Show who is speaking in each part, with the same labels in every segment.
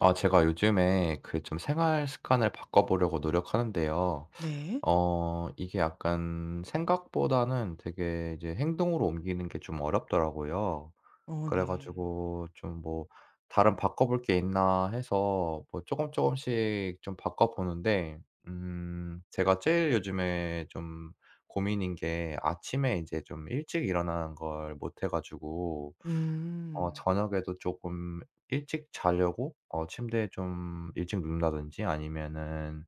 Speaker 1: 아 제가 요즘에 그 좀 생활 습관을 바꿔보려고 노력하는데요.
Speaker 2: 네.
Speaker 1: 어 이게 약간 생각보다는 되게 이제 행동으로 옮기는 게 좀 어렵더라고요.
Speaker 2: 어
Speaker 1: 그래
Speaker 2: 네.
Speaker 1: 가지고 좀 뭐 다른 바꿔 볼 게 있나 해서, 뭐 조금씩 좀 바꿔 보는데, 제가 제일 요즘에 좀 고민인 게, 아침에 이제 좀 일찍 일어나는 걸 못해 가지고, 어
Speaker 2: 음.
Speaker 1: 저녁에도 조금 일찍 자려고 어 침대에 좀 일찍 눕는다든지, 아니면은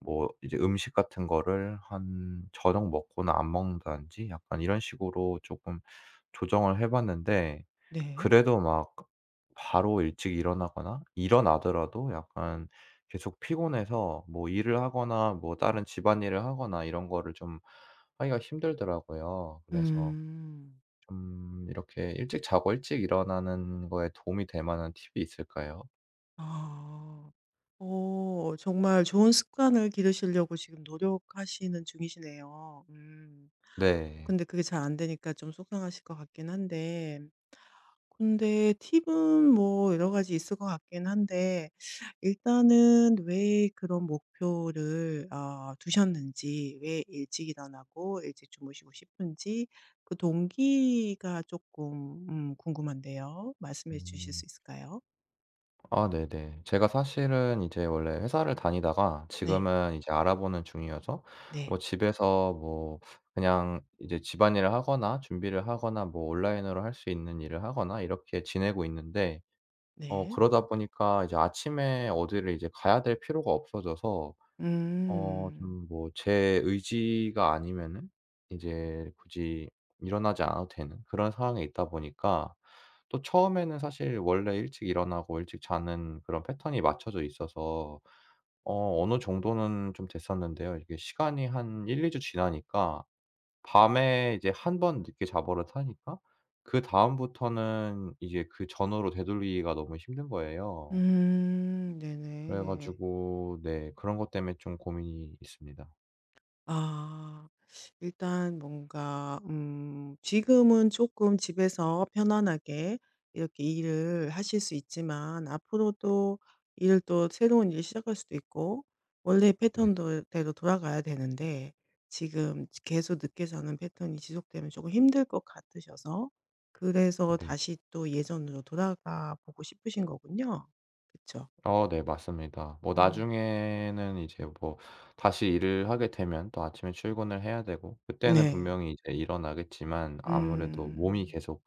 Speaker 1: 뭐 이제 음식 같은 거를 한 저녁 먹고는 안 먹는다든지, 약간 이런 식으로 조금 조정을 해 봤는데,
Speaker 2: 네.
Speaker 1: 그래도 막 바로 일찍 일어나거나, 일어나더라도 약간 계속 피곤해서 뭐 일을 하거나 뭐 다른 집안일을 하거나 이런 거를 좀 하기가 힘들더라고요. 그래서
Speaker 2: 음.
Speaker 1: 좀 이렇게 일찍 자고 일찍 일어나는 거에 도움이 될 만한 팁이 있을까요?
Speaker 2: 아. 정말 좋은 습관을 기르시려고 지금 노력하시는 중이시네요. 음.
Speaker 1: 네.
Speaker 2: 근데 그게 잘 안 되니까 좀 속상하실 것 같긴 한데 근데 팁은 뭐 여러 가지 있을 것 같긴 한데 일단은 왜 그런 목표를 두셨는지, 왜 일찍 일어나고 일찍 주무시고 싶은지 그 동기가 조금 궁금한데요. 말씀해 주실
Speaker 1: 음.
Speaker 2: 수 있을까요?
Speaker 1: 아 네네. 제가 사실은 이제 원래 회사를 다니다가
Speaker 2: 네.
Speaker 1: 지금은 이제 알아보는 중이어서,
Speaker 2: 네.
Speaker 1: 뭐 집에서 뭐 그냥 이제 집안일을 하거나 준비를 하거나 뭐 온라인으로 할 수 있는 일을 하거나 이렇게 지내고 있는데, 어
Speaker 2: 네.
Speaker 1: 그러다 보니까 이제 아침에 어디를 이제 가야 될 필요가 없어져서, 어
Speaker 2: 음.
Speaker 1: 좀 뭐 제 의지가 아니면은 이제 굳이 일어나지 않아도 되는 그런 상황에 있다 보니까, 또 처음에는 사실 원래 일찍 일어나고 일찍 자는 그런 패턴이 맞춰져 있어서 어 어느 정도는 좀 됐었는데요. 이게 시간이 한 1-2주 지나니까, 밤에 이제 한 번 늦게 자 버릇하니까 그다음부터는 이제 그 전으로 되돌리기가 너무 힘든 거예요.
Speaker 2: 음.
Speaker 1: 그래
Speaker 2: 네네.
Speaker 1: 가지고 네, 그런 것 때문에 좀 고민이 있습니다.
Speaker 2: 아. 일단 뭔가 지금은 조금 집에서 편안하게 이렇게 일을 하실 수 있지만 앞으로도 일을 또 새로운 일 시작할 수도 있고 원래 패
Speaker 1: 네.
Speaker 2: 턴 대로 돌아가야 되는데 지금 계속 늦게 자는 패턴이 지속되면 조금 힘들 것 같으셔서 그래서
Speaker 1: 네.
Speaker 2: 다시 또 예전으로 돌아가 보고 싶으신 거군요. 그쵸?
Speaker 1: 어 네 맞습니다. 뭐
Speaker 2: 음.
Speaker 1: 나중에는 이제 뭐 다시 일을 하게 되면 또 아침에 출근을 해야 되고, 그때는
Speaker 2: 네.
Speaker 1: 분명히 이제 일어나겠지만, 아무래도 몸이
Speaker 2: 음.
Speaker 1: 계속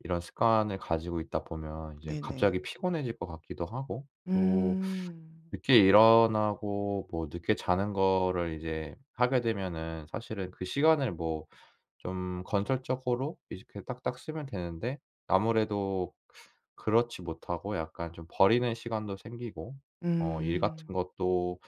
Speaker 1: 이런 습관을 가지고 있다 보면 이제
Speaker 2: 네네.
Speaker 1: 갑자기 피곤해질 것 같기도 하고, 또
Speaker 2: 음.
Speaker 1: 늦게 일어나고 뭐 늦게 자는 거를 이제 하게 되면은, 사실은 그 시간을 뭐 좀 건설적으로 이렇게 딱딱 쓰면 되는데, 아무래도 그렇지 못하고 약간 좀 버리는 시간도 생기고, 어 일 같은
Speaker 2: 음.
Speaker 1: 것도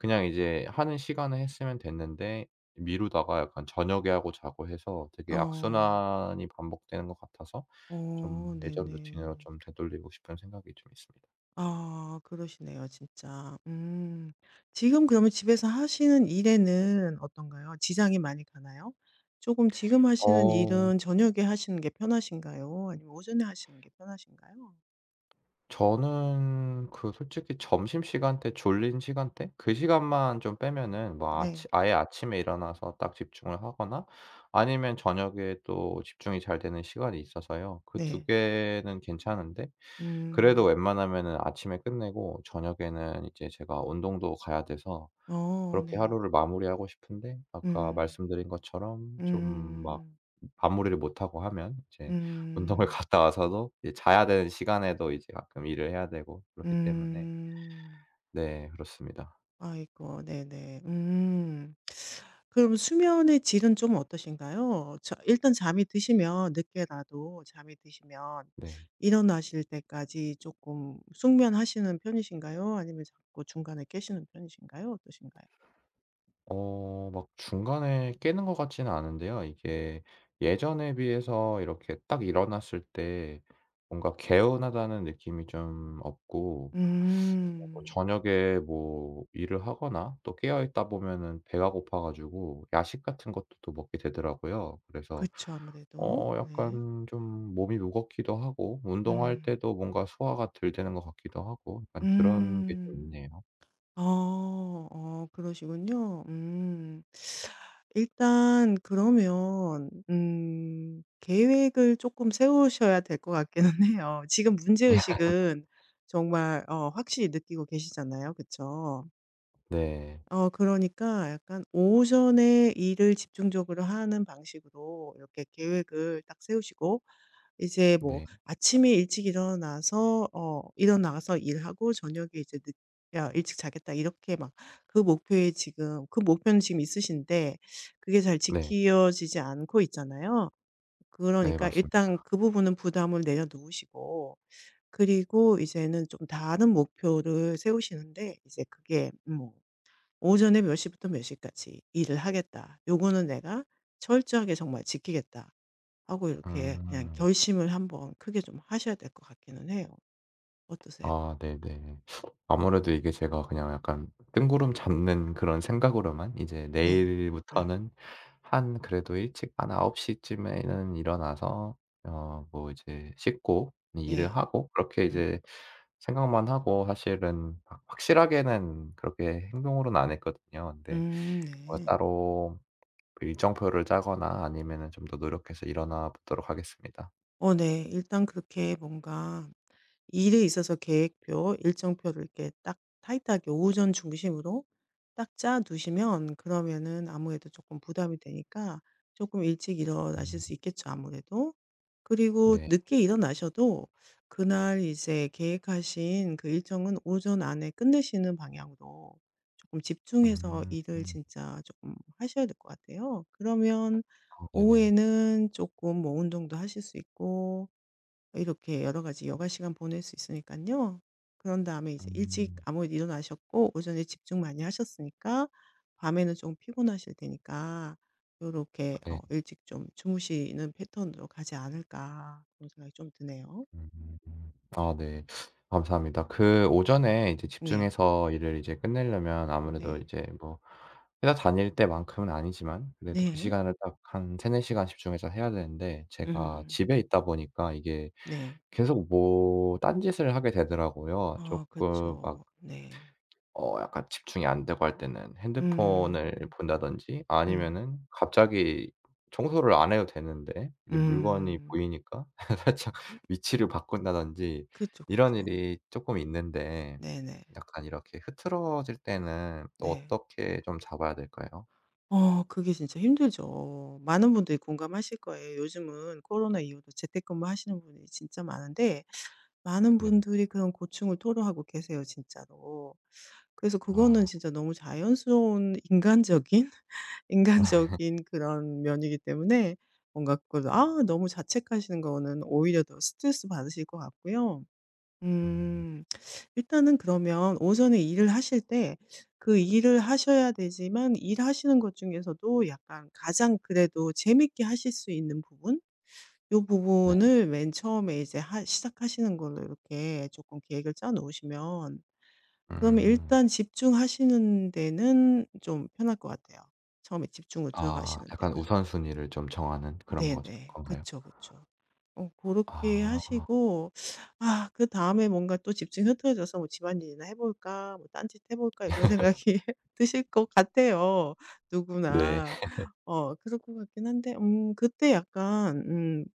Speaker 1: 그냥 이제 하는 시간에 했으면 됐는데 미루다가 약간 저녁에 하고 자고 해서, 되게
Speaker 2: 어.
Speaker 1: 악순환이 반복되는 것 같아서
Speaker 2: 어
Speaker 1: 좀 예전
Speaker 2: 네네.
Speaker 1: 루틴으로 좀 되돌리고 싶은 생각이 좀 있습니다.
Speaker 2: 아 그러시네요 진짜. 음. 지금 그러면 집에서 하시는 일에는 어떤가요? 지장이 많이 가나요? 조금 지금 하시는
Speaker 1: 어.
Speaker 2: 일은 저녁에 하시는 게 편하신가요? 아니면 오전에 하시는 게 편하신가요?
Speaker 1: 저는 그 솔직히 점심시간대 졸린 시간대 그 시간만 좀 빼면은, 뭐 아치
Speaker 2: 네.
Speaker 1: 아예 아침에 일어나서 딱 집중을 하거나, 아니면 저녁에 또 집중이 잘 되는 시간이 있어서요. 그 두
Speaker 2: 네.
Speaker 1: 개는 괜찮은데, 그래도
Speaker 2: 음.
Speaker 1: 웬만하면은 아침에 끝내고 저녁에는 이제 제가 운동도 가야 돼서
Speaker 2: 어
Speaker 1: 그렇게
Speaker 2: 네.
Speaker 1: 하루를 마무리하고 싶은데, 아까
Speaker 2: 음.
Speaker 1: 말씀드린 것처럼 좀 막
Speaker 2: 음.
Speaker 1: 마무리를 못하고 하면, 이제 운동을
Speaker 2: 음.
Speaker 1: 갔다 와서도 이제 자야 되는 시간에도 이제 가끔 일을 해야 되고 그렇기 때문에.
Speaker 2: 음.
Speaker 1: 네 그렇습니다.
Speaker 2: 아이고 네네. 음. 그럼 수면의 질은 좀 어떠신가요? 자 일단 잠이 드시면 늦게라도 잠이 드시면
Speaker 1: 네.
Speaker 2: 일어나실 때까지 조금 숙면하시는 편이신가요? 아니면 자꾸 중간에 깨시는 편이신가요? 어떠신가요?
Speaker 1: 어 막 중간에 깨는 것 같지는 않은데요. 이게 예전에 비해서 이렇게 딱 일어났을 때 뭔가 개운하다는 느낌이 좀 없고, 어 또
Speaker 2: 음.
Speaker 1: 저녁에 뭐 일을 하거나 또 깨어 있다 보면은 배가 고파 가지고 야식 같은 것도 또 먹게 되더라고요. 그래서
Speaker 2: 그쵸. 아무래도.
Speaker 1: 어
Speaker 2: 네.
Speaker 1: 약간 좀 몸이 무겁기도 하고, 운동할
Speaker 2: 음.
Speaker 1: 때도 뭔가 소화가 덜 되는 것 같기도 하고, 약간 그런 게 좀
Speaker 2: 음.
Speaker 1: 있네요.
Speaker 2: 어. 그러시군요. 음. 일단 그러면 계획을 조금 세우셔야 될 것 같기는 해요. 지금 문제 의식은 정말 확실히 느끼고 계시잖아요. 그쵸?
Speaker 1: 네.
Speaker 2: 그러니까 약간 오전에 일을 집중적으로 하는 방식으로 이렇게 계획을 딱 세우시고 이제 뭐
Speaker 1: 네.
Speaker 2: 아침에 일찍 일어나서 일어나서 일하고 저녁에 이제 늦 야 일찍 자겠다 이렇게 막 그 목표에 지금 그 목표는 지금 있으신데 그게 잘
Speaker 1: 네.
Speaker 2: 지켜지지 않고 있잖아요.
Speaker 1: 네.
Speaker 2: 그러니까
Speaker 1: 맞습니다.
Speaker 2: 일단 그 부분은 부담을 내려놓으시고 그리고 이제는 좀 다른 목표를 세우시는데 이제 그게 뭐 '오전에 몇 시부터 몇 시까지 일을 하겠다. 요거는 내가 철저하게 정말 지키겠다.' 하고 이렇게 그냥
Speaker 1: 음.
Speaker 2: 결심을 한번 크게 좀 하셔야 될 것 같기는 해요. 어떠세요?
Speaker 1: 아 네네. 아무래도 이게 제가 그냥 약간 뜬구름 잡는 그런 생각으로만 이제
Speaker 2: 네. 음.
Speaker 1: '내일부터는 한 그래도 일찍 한9시 쯤에는 일어나서 어 뭐 이제 씻고 일을
Speaker 2: 네.
Speaker 1: 하고.' 그렇게
Speaker 2: 음.
Speaker 1: 이제 생각만 하고, 사실은 확 확실하게는 그렇게 행동으로는 안 했거든요. 근데 뭐
Speaker 2: 네.
Speaker 1: 따로 그 일정표를 짜거나 아니면은 좀 더 노력해서 일어나 보도록 하겠습니다.
Speaker 2: 어 네. 일단 그렇게 뭔가 일에 있어서 계획표, 일정표를 이렇게 딱 타이트하게 오전 중심으로 딱 짜 두시면 그러면은 아무래도 조금 부담이 되니까 조금 일찍 일어나실
Speaker 1: 음
Speaker 2: 수 있겠죠 아무래도. 그리고
Speaker 1: 네.
Speaker 2: 늦게 일어나셔도 그날 이제 계획하신 그 일정은 오전 안에 끝내시는 방향으로 조금 집중해서
Speaker 1: 음.
Speaker 2: 일을
Speaker 1: 음.
Speaker 2: 진짜 조금 하셔야 될 것 같아요. 그러면
Speaker 1: 어, 네네.
Speaker 2: 오후에는 조금 뭐 운동도 하실 수 있고 이렇게 여러 가지 여가 시간 보낼 수 있으니깐요. 그런 다음에 이제 일찍
Speaker 1: 음.
Speaker 2: 아무래도 일어나셨고 오전에 집중 많이 하셨으니까 밤에는 좀 피곤하실 테니까 이렇게
Speaker 1: 네.
Speaker 2: '일찍 좀 주무시는 패턴으로 가지 않을까.' 그런 생각이 좀 드네요.
Speaker 1: 아 네. 감사합니다. 그 오전에 이제
Speaker 2: 네.
Speaker 1: 집중해서 일을 이제 끝내려면, 아무래도
Speaker 2: 네.
Speaker 1: 이제 뭐 회사 다닐 때만큼은 아니지만 그래도 그
Speaker 2: 네.
Speaker 1: 시간을 딱 한 세네 시간 집중해서 해야 되는데, 제가
Speaker 2: 음.
Speaker 1: 집에 있다 보니까 이게
Speaker 2: 네.
Speaker 1: 계속 뭐 딴짓을 하게 되더라고요.
Speaker 2: 어그
Speaker 1: 조금 막
Speaker 2: 죠 네.
Speaker 1: 어 약간 집중이 안 되고 할 때는 핸드폰을
Speaker 2: 음.
Speaker 1: 본다든지,
Speaker 2: 음.
Speaker 1: 아니면은 갑자기 청소를 안 해도 되는데 이제 물건이
Speaker 2: 음.
Speaker 1: 보이니까 살짝 위치를 바꾼다든지,
Speaker 2: 그죠그죠
Speaker 1: 이런 일이 쪼끔 있는데,
Speaker 2: 네 네.
Speaker 1: 약간 이렇게 흐트러질 때는 또
Speaker 2: 네.
Speaker 1: 어떻게 좀 잡아야 될까요?
Speaker 2: 그게 진짜 힘들죠. 많은 분들이 공감하실 거예요. 요즘은 코로나 이후로 재택근무 하시는 분이 진짜 많은데 많은
Speaker 1: 네.
Speaker 2: 분들이 그런 고충을 토로하고 계세요 진짜로. 그래서 그거는
Speaker 1: 아.
Speaker 2: 진짜 너무 자연스러운 인간적인, 인간적인 그런 면이기 때문에 뭔가 그걸 너무 자책하시는 거는 오히려 더 스트레스 받으실 것 같고요.
Speaker 1: 음.
Speaker 2: 음. 일단은 그러면 오전에 일을 하실 때 그 일을 하셔야 되지만 일하시는 것 중에서도 약간 가장 그래도 재밌게 하실 수 있는 부분 요
Speaker 1: 네.
Speaker 2: 부분을 맨 처음에 이제 하 시작하시는 걸로 이렇게 조금 계획을 짜 놓으시면 그러면
Speaker 1: 음.
Speaker 2: 일단 집중하시는 데는 좀 편할 것 같아요, 처음에 집중을
Speaker 1: 아
Speaker 2: 들어가시는
Speaker 1: 약간
Speaker 2: 데는.
Speaker 1: 우선순위를 좀 정하는 그런 거죠?
Speaker 2: 네네.
Speaker 1: 건가요?
Speaker 2: 그쵸, 그쵸. 그렇게
Speaker 1: 아.
Speaker 2: 하시고 아 그다음에 뭔가 또 집중이 흐트러져서 '뭐 집안일이나 해 볼까? 뭐 딴짓 해 볼까?' 이런 생각이 드실 것 같아요,
Speaker 1: 네.
Speaker 2: 누구나. 그럴 것 같긴 한데 그때 약간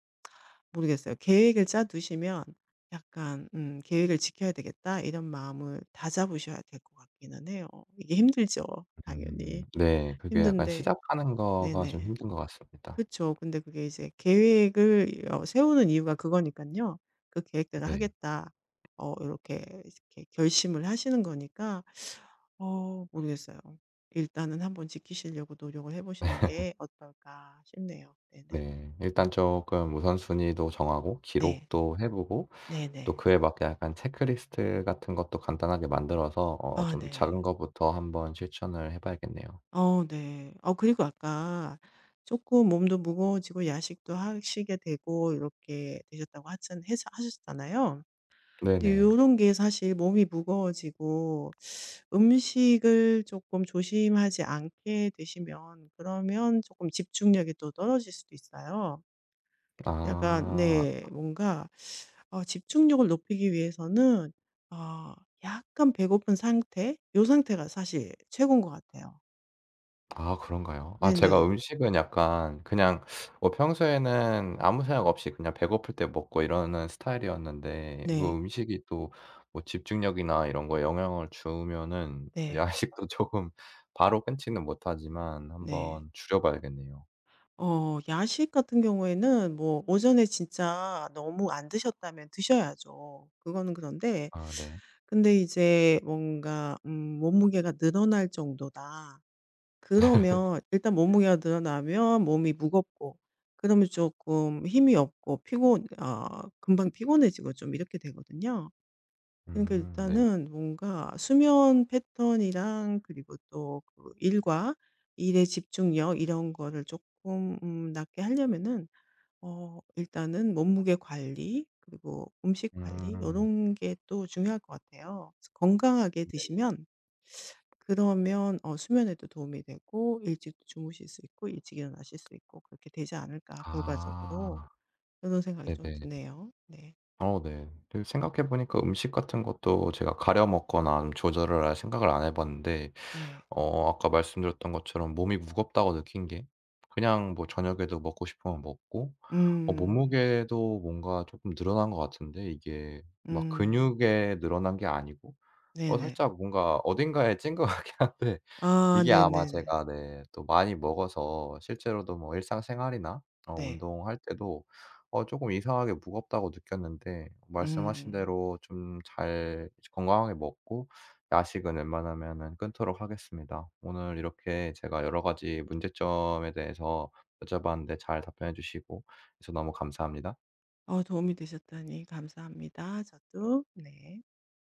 Speaker 2: 모르겠어요. 계획을 짜 두시면 약간 '계획을 지켜야 되겠다.' 이런 마음을 다잡으셔야 될 것 같기는 해요. 이게 힘들죠, 당연히.
Speaker 1: 네. 그게 약간
Speaker 2: 힘든데.
Speaker 1: 시작하는 거가 좀
Speaker 2: 네네.
Speaker 1: 힘든 것 같습니다.
Speaker 2: 그쵸. 근데 그게 이제 계획을 세우는 이유가 그거니깐요. 그 계획대로
Speaker 1: 네.
Speaker 2: 하겠다. 어렇게 이렇게 결심을 하시는 거니까 모르겠어요. 일단은 한번 지키시려고 노력을 해 보시는 게 어떨까 싶네요. 네네.
Speaker 1: 네. 일단 쪼끔 우선순위도 정하고
Speaker 2: 네.
Speaker 1: 기록도 해 보고, 또
Speaker 2: 네네.
Speaker 1: 그에 맞게 약간 체크리스트 같은 것도 간단하게 만들어서 어
Speaker 2: 아
Speaker 1: 좀 작은
Speaker 2: 네.
Speaker 1: 거부터 한번 실천을 해 봐야겠네요.
Speaker 2: 어 네. 어 그리고 아까 조금 몸도 무거워지고 야식도 하시게 되고 이렇게 되셨다고 하셨잖아요. 근데
Speaker 1: 네네.
Speaker 2: 요런 게 사실 몸이 무거워지고 음식을 조금 조심하지 않게 되시면 그러면 조금 집중력이 또 떨어질 수도 있어요. 약간
Speaker 1: 아.
Speaker 2: 네 뭔가 집중력을 높이기 위해서는 아 약간 배고픈 상태 요 상태가 사실 최고인 것 같아요.
Speaker 1: 아 그런가요? 아 제가
Speaker 2: 네네.
Speaker 1: 음식은 약간 그냥 뭐 평소에는 아무 생각 없이 그냥 배고플 때 먹고 이러는 스타일이었는데, 그
Speaker 2: 네.
Speaker 1: 음식이 또 뭐 집중력이나 이런 거에 영향을 주면은, 그
Speaker 2: 네.
Speaker 1: 야식도 조금 바로 끊지는 못하지만
Speaker 2: 네.
Speaker 1: 한번 줄여 봐야겠네요.
Speaker 2: 야식 같은 경우에는 뭐 오전에 진짜 너무 안 드셨다면 드셔야죠. 그거는 그런데
Speaker 1: 아 네.
Speaker 2: 근데 이제 뭔가 몸무게가 늘어날 정도다. 그러면 일단 몸무게가 늘어나면 몸이 무겁고 그러면 조금 힘이 없고 피곤 아 금방 피곤해지고 좀 이렇게 되거든요. 그러니까
Speaker 1: 네.
Speaker 2: 일단은 뭔가 수면 패턴이랑 그리고 또 그 일과 일의 집중력 이런 거를 조금 낮게 하려면은 일단은 몸무게 관리 그리고 음식 관리 이
Speaker 1: 음
Speaker 2: 런 게 또 중요할 것 같아요. 그래서 건강하게
Speaker 1: 네.
Speaker 2: 드시면 그러면 수면에도 도움이 되고 일찍 주무실 수 있고 일찍 일어나실 수 있고 그렇게 되지 않을까 결과적으로
Speaker 1: 아
Speaker 2: 이런 생각이 좀
Speaker 1: 네네.
Speaker 2: 드네요. 네.
Speaker 1: 어 네. 그 생각해 보니까 음식 같은 것도 제가 가려 먹거나 조절을 아예 생각을 안 해 봤는데,
Speaker 2: 네.
Speaker 1: 어 아까 말씀드렸던 것처럼 몸이 무겁다고 느낀 게, 그냥 뭐 저녁에도 먹고 싶으면 먹고, 어
Speaker 2: 음.
Speaker 1: 몸무게도 뭔가 쪼끔 늘어난 것 같은데, 이게 막
Speaker 2: 음.
Speaker 1: 근육에 늘어난 게 아니고 어
Speaker 2: 네네.
Speaker 1: 살짝 뭔가 어딘가에 찐 것 같긴 한데,
Speaker 2: 아
Speaker 1: 이게 아마
Speaker 2: 네네네.
Speaker 1: 제가 네 또 많이 먹어서, 실제로도 뭐 일상생활이나 어
Speaker 2: 네.
Speaker 1: 운동할 때도 어금 이상하게 무겁다고 느꼈는데, 말씀하신
Speaker 2: 음.
Speaker 1: 대로 좀 잘 건강하게 먹고 야식은 웬만하면은 끊도록 하겠습니다. 오늘 이렇게 제가 여러 가지 문제점에 대해서 여쭤봤는데 잘 답변해 주시고, 그래서 너무 감사합니다.
Speaker 2: 도움이 되셨다니 감사합니다. 저도. 네.